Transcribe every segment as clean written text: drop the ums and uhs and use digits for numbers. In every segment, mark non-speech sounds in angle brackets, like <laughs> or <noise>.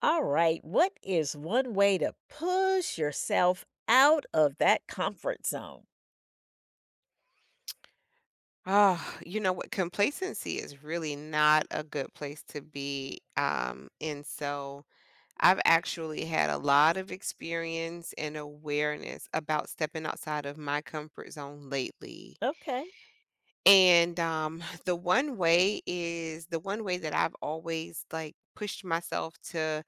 All right. What is one way to push yourself out of that comfort zone? Oh, you know what? Complacency is really not a good place to be. And so I've actually had a lot of experience and awareness about stepping outside of my comfort zone lately. Okay. And <sighs> the one way that I've always like pushed myself to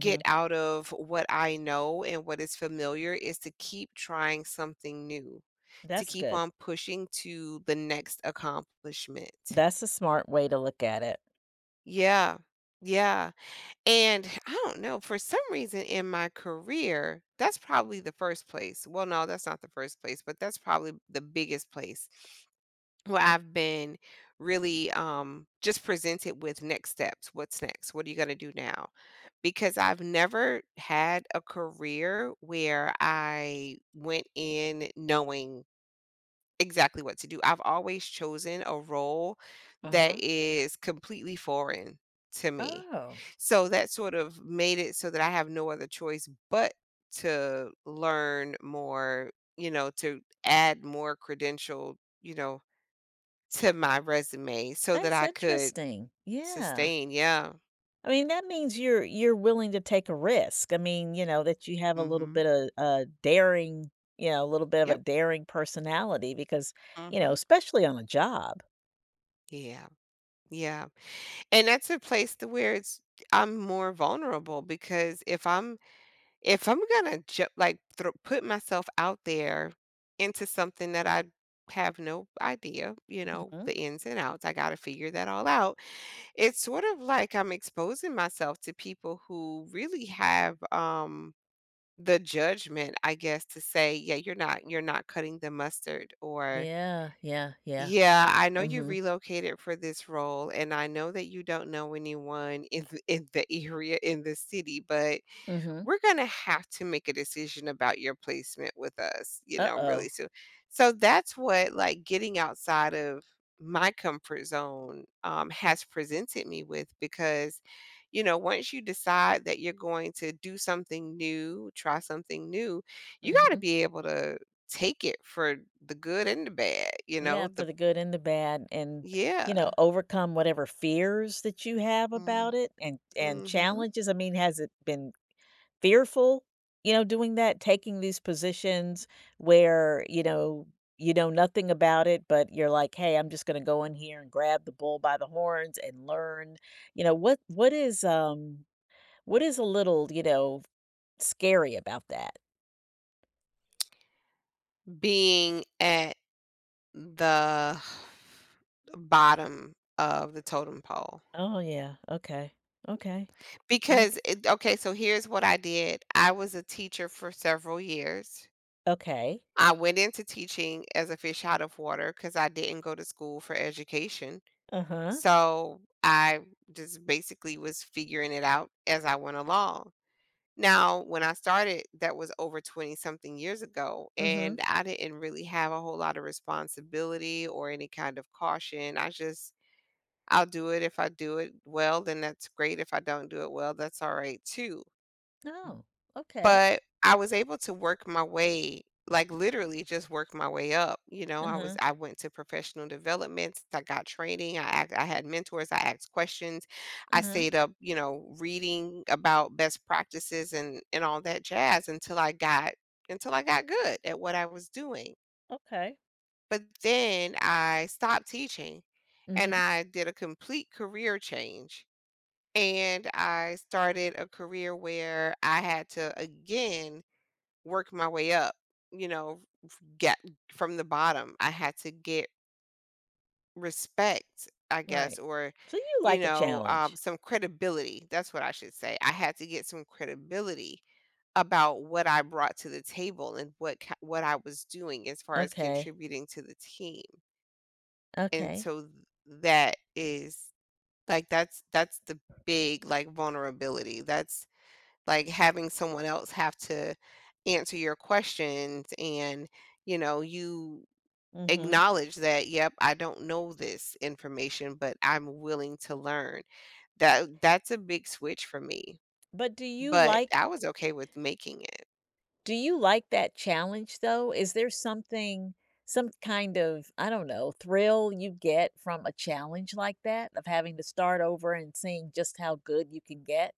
get out of what I know and what is familiar is to keep trying something new, to That's keep good. on pushing to the next accomplishment. That's a smart way to look at it. Yeah. Yeah. And <sighs> I don't know, for some reason in my career, that's probably the first place. Well, no, that's not the first place, but that's probably the biggest place where I've been really just presented with next steps. What's next? What are you going to do now? Because I've never had a career where I went in knowing exactly what to do. I've always chosen a role that Uh-huh. is completely foreign to me. Oh. So that sort of made it so that I have no other choice but to learn more, you know, to add more credential, you know, to my resume so that That's I could interesting. Yeah. sustain. Yeah. I mean, that means you're willing to take a risk. I mean, that you have a little Mhm. bit of a daring, a little bit of a Yep. daring personality because, Mhm. especially on a job. Yeah. Yeah. And that's a place to where it's I'm more vulnerable because if I'm If I'm gonna ju like, thro put myself out there into something that I have no idea, you know, the Hmm. ins and outs, I gotta figure that all out. It's sort of like I'm exposing myself to people who really have, the judgment, I guess, to say, "Yeah, you're not cutting the mustard," or, Yeah, yeah, yeah. "Yeah, I know you Mm-hmm. relocated for this role, and I know that you don't know anyone in the area, in the city, but Mm-hmm. we're going to have to make a decision about your placement with us, you know, really Uh-oh. soon. So that's what like getting outside of my comfort zone has presented me with because, you know, once you decide that you're going to do something new, try something new, you got to be able to take it for the good and the bad, you know, Yeah, for the, the good and the bad and, yeah. overcome whatever fears that you have about Mm. it and Hmm. challenges. I mean, has it been fearful, doing that, taking these positions where, you know nothing about it, but you're like, "Hey, I'm just gonna go in here and grab the bull by the horns and learn." You know, what what is um what is a little, scary about that? Being at the bottom of the totem pole Oh yeah, okay. Okay. I c- because it okay, so here's what I did. I was a teacher for several years. okay. I went into teaching as a fish out of water because I didn't go to school for education. Uh-huh. So, I just basically was figuring it out as I went along. Now, when I started, that was over 20-something years ago, Mm-hmm. and I didn't really have a whole lot of responsibility or any kind of caution. I just I'll do it if I do it well, then that's great. If I don't do it well, that's all right too. Oh, okay. But I was able to work my way, like literally just work my way up. You know, I was Uh-huh, I went to professional developments, I got training, I had mentors, I asked questions, I uh-huh. stayed up, you know, reading about best practices and all that jazz until I got good at what I was doing. Okay. But then I stopped teaching and Mhm, I did a complete career change and I started a career where I had to again work my way up, you know, get from the bottom. I had to get respect, I guess, right. or, So you you like a know, challenge. some credibility. That's what I should say. I had to get some credibility about what I brought to the table and what what I was doing as far as Okay, contributing to the team. And okay. so that is like that's the big like vulnerability. That's like having someone else have to answer your questions and you know you Mhm. acknowledge that yep, I don't know this information, but I'm willing to learn. That's a big switch for me, But do you but like I was okay with making it. do you like that challenge though? Is there something some kind of, I don't know, thrill you get from a challenge like that of having to start over and seeing just how good you can get?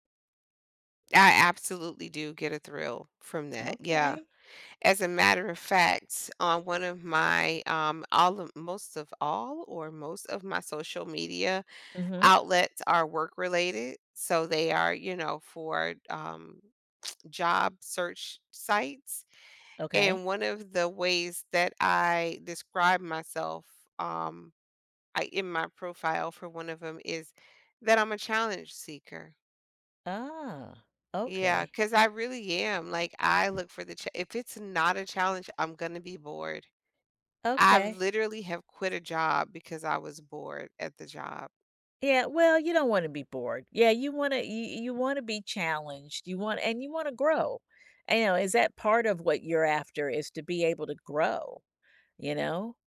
I absolutely do get a thrill from that, yeah. Okay. As a matter of fact, on one of my all of most of all or most of my social media Mhm. outlets are work related, so they are, you know, for, job search sites, Okay. and one of the ways that I describe myself, um, I in my profile for one of them is that I'm a challenge seeker. Ah, Yeah, okay. because I really am, like, I look for the cha if it's not a challenge, I'm gonna be bored. I've Okay. literally have quit a job because I was bored at the job. Yeah, well, you don't wanna be bored. Yeah, you wanna be challenged, you want and you wanna grow. Is that part of what you're after is to be able to grow, you know,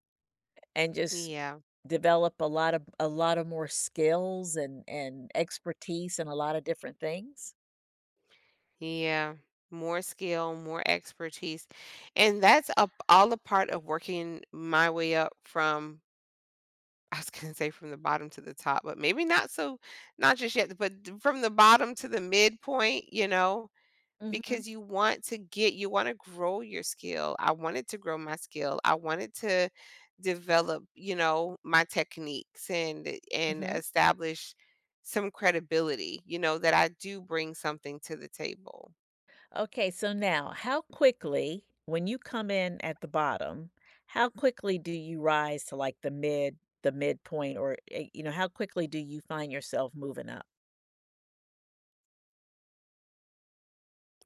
and just Yeah. develop a lot of more skills and expertise in a lot of different things? Yeah, more skill, more expertise. And that's a, all a part of working my way up from, <laughs> I was going to say from the bottom to the top, but maybe not so, not just yet, but from the bottom to the midpoint, you know, Mhm, because you want to get, you want to grow your skill. I wanted to grow my skill. I wanted to develop, you know, my techniques and, mhm. establish some credibility, you know, that I do bring something to the table. Okay, so now how quickly when you come in at the bottom, how quickly do you rise to, like, the midpoint or, how quickly do you find yourself moving up?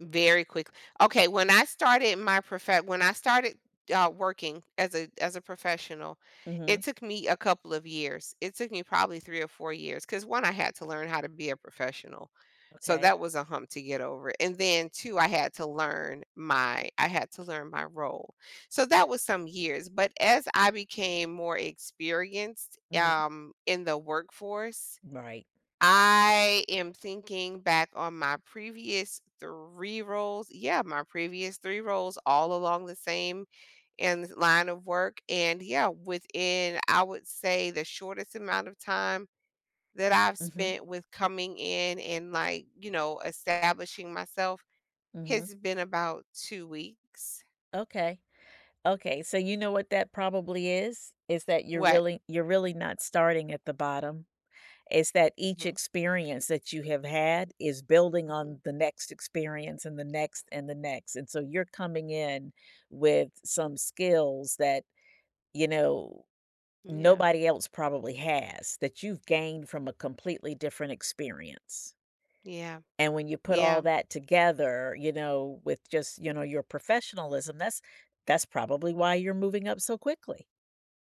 Very quickly. Okay, when I started working as a professional, Mhm. it took me a couple of years. It took me probably 3 or 4 years because 'cause 1, I had to learn how to be a professional, so Okay. that was a hump to get over, and then 2, I had to learn my role, so that was some years, but as I became more experienced, Mhm. In the workforce, Right. I am thinking back on my previous 3 roles, yeah, my previous 3 roles all along the same and line of work, and yeah, within, I would say, the shortest amount of time that I've Mhm. spent with coming in and, like, you know, establishing myself Mhm. has been about 2 weeks. Okay. Okay. So you know what that probably is? Is that you're What? really you're really not starting at the bottom. It's that each Mhm, experience that you have had is building mhm. on the next experience and the next and the next. And so you're coming in with some skills that, you know, Yeah, nobody else probably has that you've gained from a completely different experience. yeah, And when you put all yeah, that together, with just, your professionalism, that's probably why you're moving up so quickly.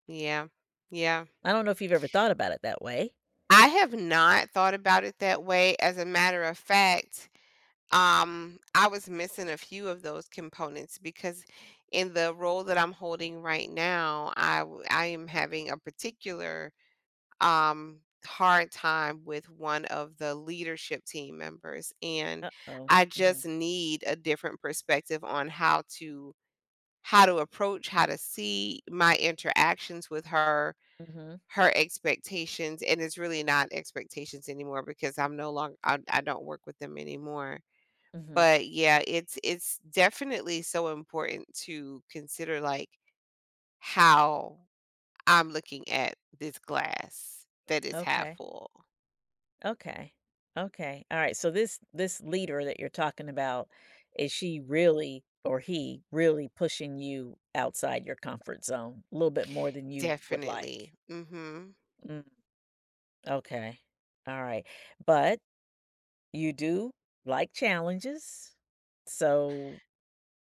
yeah, yeah. I don't know if you've ever thought about it that way. I have not thought about it that way. As a matter of fact, I was missing a few of those components because in the role that I'm holding right now I am having a particular hard time with one of the leadership team members, and Uh-oh. I Mhm. just need a different perspective on how to approach how to see my interactions with her, Mhm. her expectations. And it's really not expectations anymore because I'm no longer I don't work with them anymore, Mhm. but yeah, it's definitely so important to consider like how I'm looking at this glass that is half Okay. full. Okay. Okay. All right. So this leader that you're talking about, is she really or he really pushing you outside your comfort zone a little bit more than you would like? Definitely. Mhm. Mm, okay. All right. But you do like challenges. So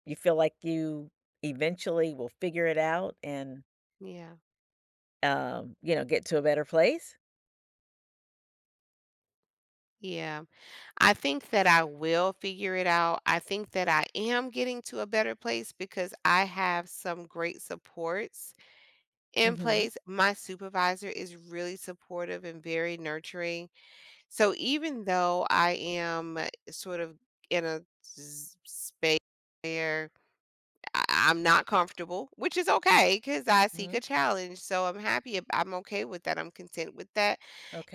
you feel like you eventually will figure it out and Yeah. Get to a better place? Yeah. I think that I will figure it out. I think that I am getting to a better place because I have some great supports in Mhm. place. My supervisor is really supportive and very nurturing. So even though I am sort of in a space where I'm not comfortable, which is okay because I seek Mhm. a challenge. So I'm happy. I'm okay with that. I'm content with that.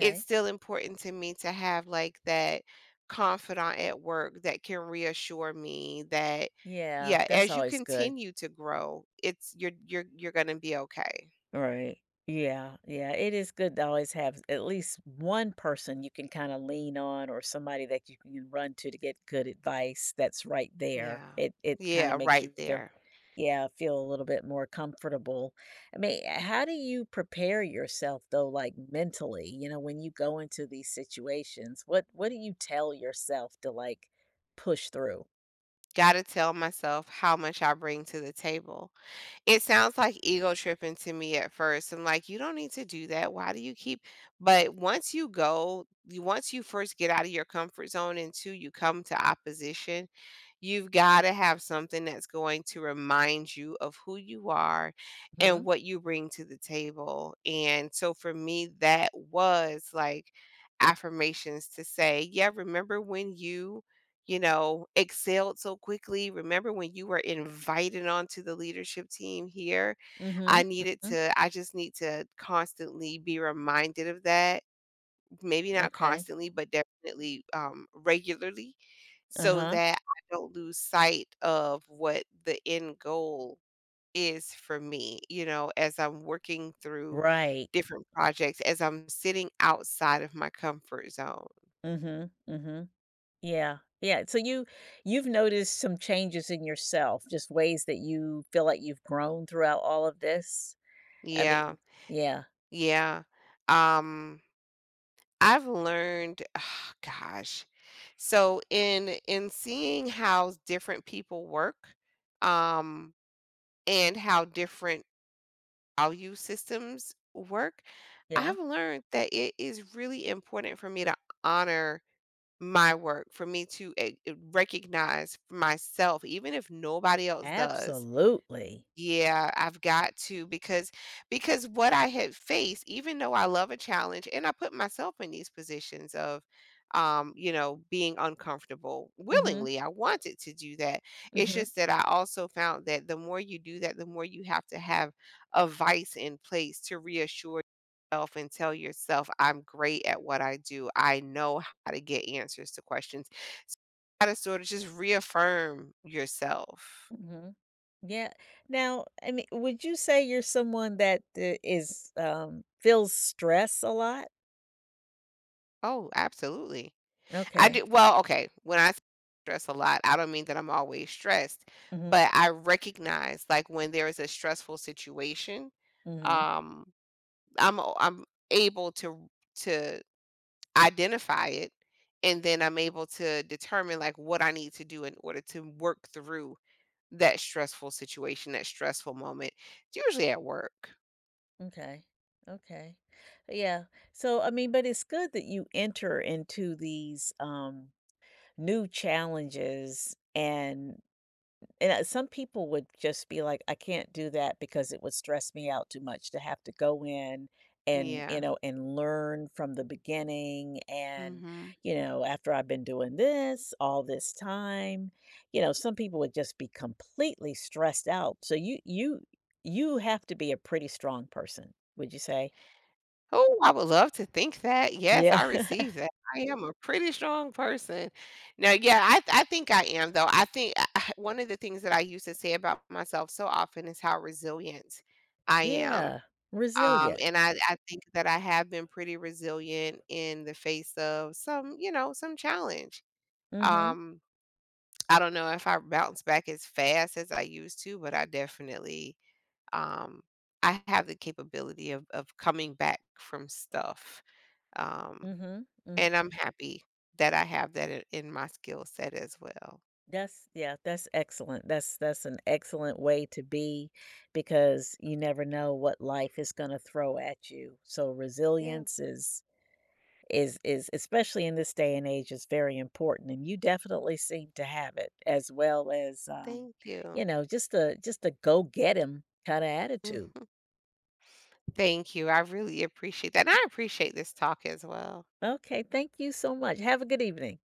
It's still important to me to have like that confidant at work that can reassure me that Yeah, yeah, that's as you always good. continue to grow, it's you're gonna be okay. Right. Yeah, yeah. It is good to always have at least one person you can kind of lean on or somebody that you can run to get good advice that's right there. Yeah, It kind of yeah, makes right you feel, there. yeah, feel a little bit more comfortable. I mean, how do you prepare yourself though like mentally, when you go into these situations? What do you tell yourself to like push through? Gotta tell myself how much I bring to the table. It sounds like ego tripping to me at first. I'm like, "You don't need to do that. Why do you keep," but once you go you once you first get out of your comfort zone and 2, you come to opposition. You've gotta have something that's going to remind you of who you are and Mhm. what you bring to the table, and so for me, that was, like, affirmations to say, "Yeah, remember when you know, excelled so quickly? Remember when you were invited onto the leadership team here?" Mhm. Mhm. I just need to constantly be reminded of that, maybe not Okay. constantly, but definitely, regularly, so Uh-huh. that I don't lose sight of what the end goal is for me, you know, as I'm working through Right. different projects, as I'm sitting outside of my comfort zone. Mhm. Mhm. Yeah. Yeah, so you've noticed some changes in yourself, just ways that you feel like you've grown throughout all of this? I Yeah. mean yeah, Yeah. Um I've learned <sighs> gosh. So in seeing how different people work and how different value systems work, yeah. I've learned that it is really important for me to honor my work, for me to recognize myself, even if nobody else does, Absolutely. yeah, I've got to, because what I had faced, even though I love a challenge and I put myself in these positions of you know, being uncomfortable Mhm, willingly. I wanted to do that. It's mhm, just that I also found that the more you do that, the more you have to have a vice in place to reassure yourself and tell yourself, I'm great at what I do. I know how to get answers to questions. So you gotta sort of just reaffirm yourself. mhm. <laughs> Yeah. Now, I mean, would you say you're someone that, feels stress a lot? Oh, absolutely. I do Okay. well, okay, when I stress a lot, I don't mean that I'm always stressed, Mhm, but I recognize like when there is a stressful situation, mhm. um, I'm able to to identify it, and then I'm able to determine like what I need to do in order to work through that stressful situation, that stressful moment. It's usually at work. Okay. Okay. Yeah. So, I mean, but it's good that you enter into these, new challenges and some people would just be like I can't do that because it would stress me out too much to have to go in and Yeah. And learn from the beginning and Mhm. After I've been doing this all this time some people would just be completely stressed out so you have to be a pretty strong person would you say. Oh, I would love to think that. Yes, Yeah. I received that. I am a pretty strong person. Now, yeah, I think I am though. I think <sighs> one of the things that I used to say about myself so often is how resilient <laughs> I am. Yeah, resilient. And I think that I have been pretty resilient in the face of some, you know, some challenge. Mhm, Um, I don't know if I bounce back as fast as I used to, but I definitely um I have the capability of coming back from stuff um, mhm, mhm. and I'm happy that I have that I in my skill set as well. That's, yeah, that's excellent. That's an excellent way to be because you never know what life is going to throw at you. So Yeah, resilience is especially in this day and age is very important and you definitely seem to have it as well as thank you. Just a go get 'em kind of attitude. Mhm. Thank you, I really appreciate that, and I appreciate this talk as well. Okay, thank you so much. Have a good evening.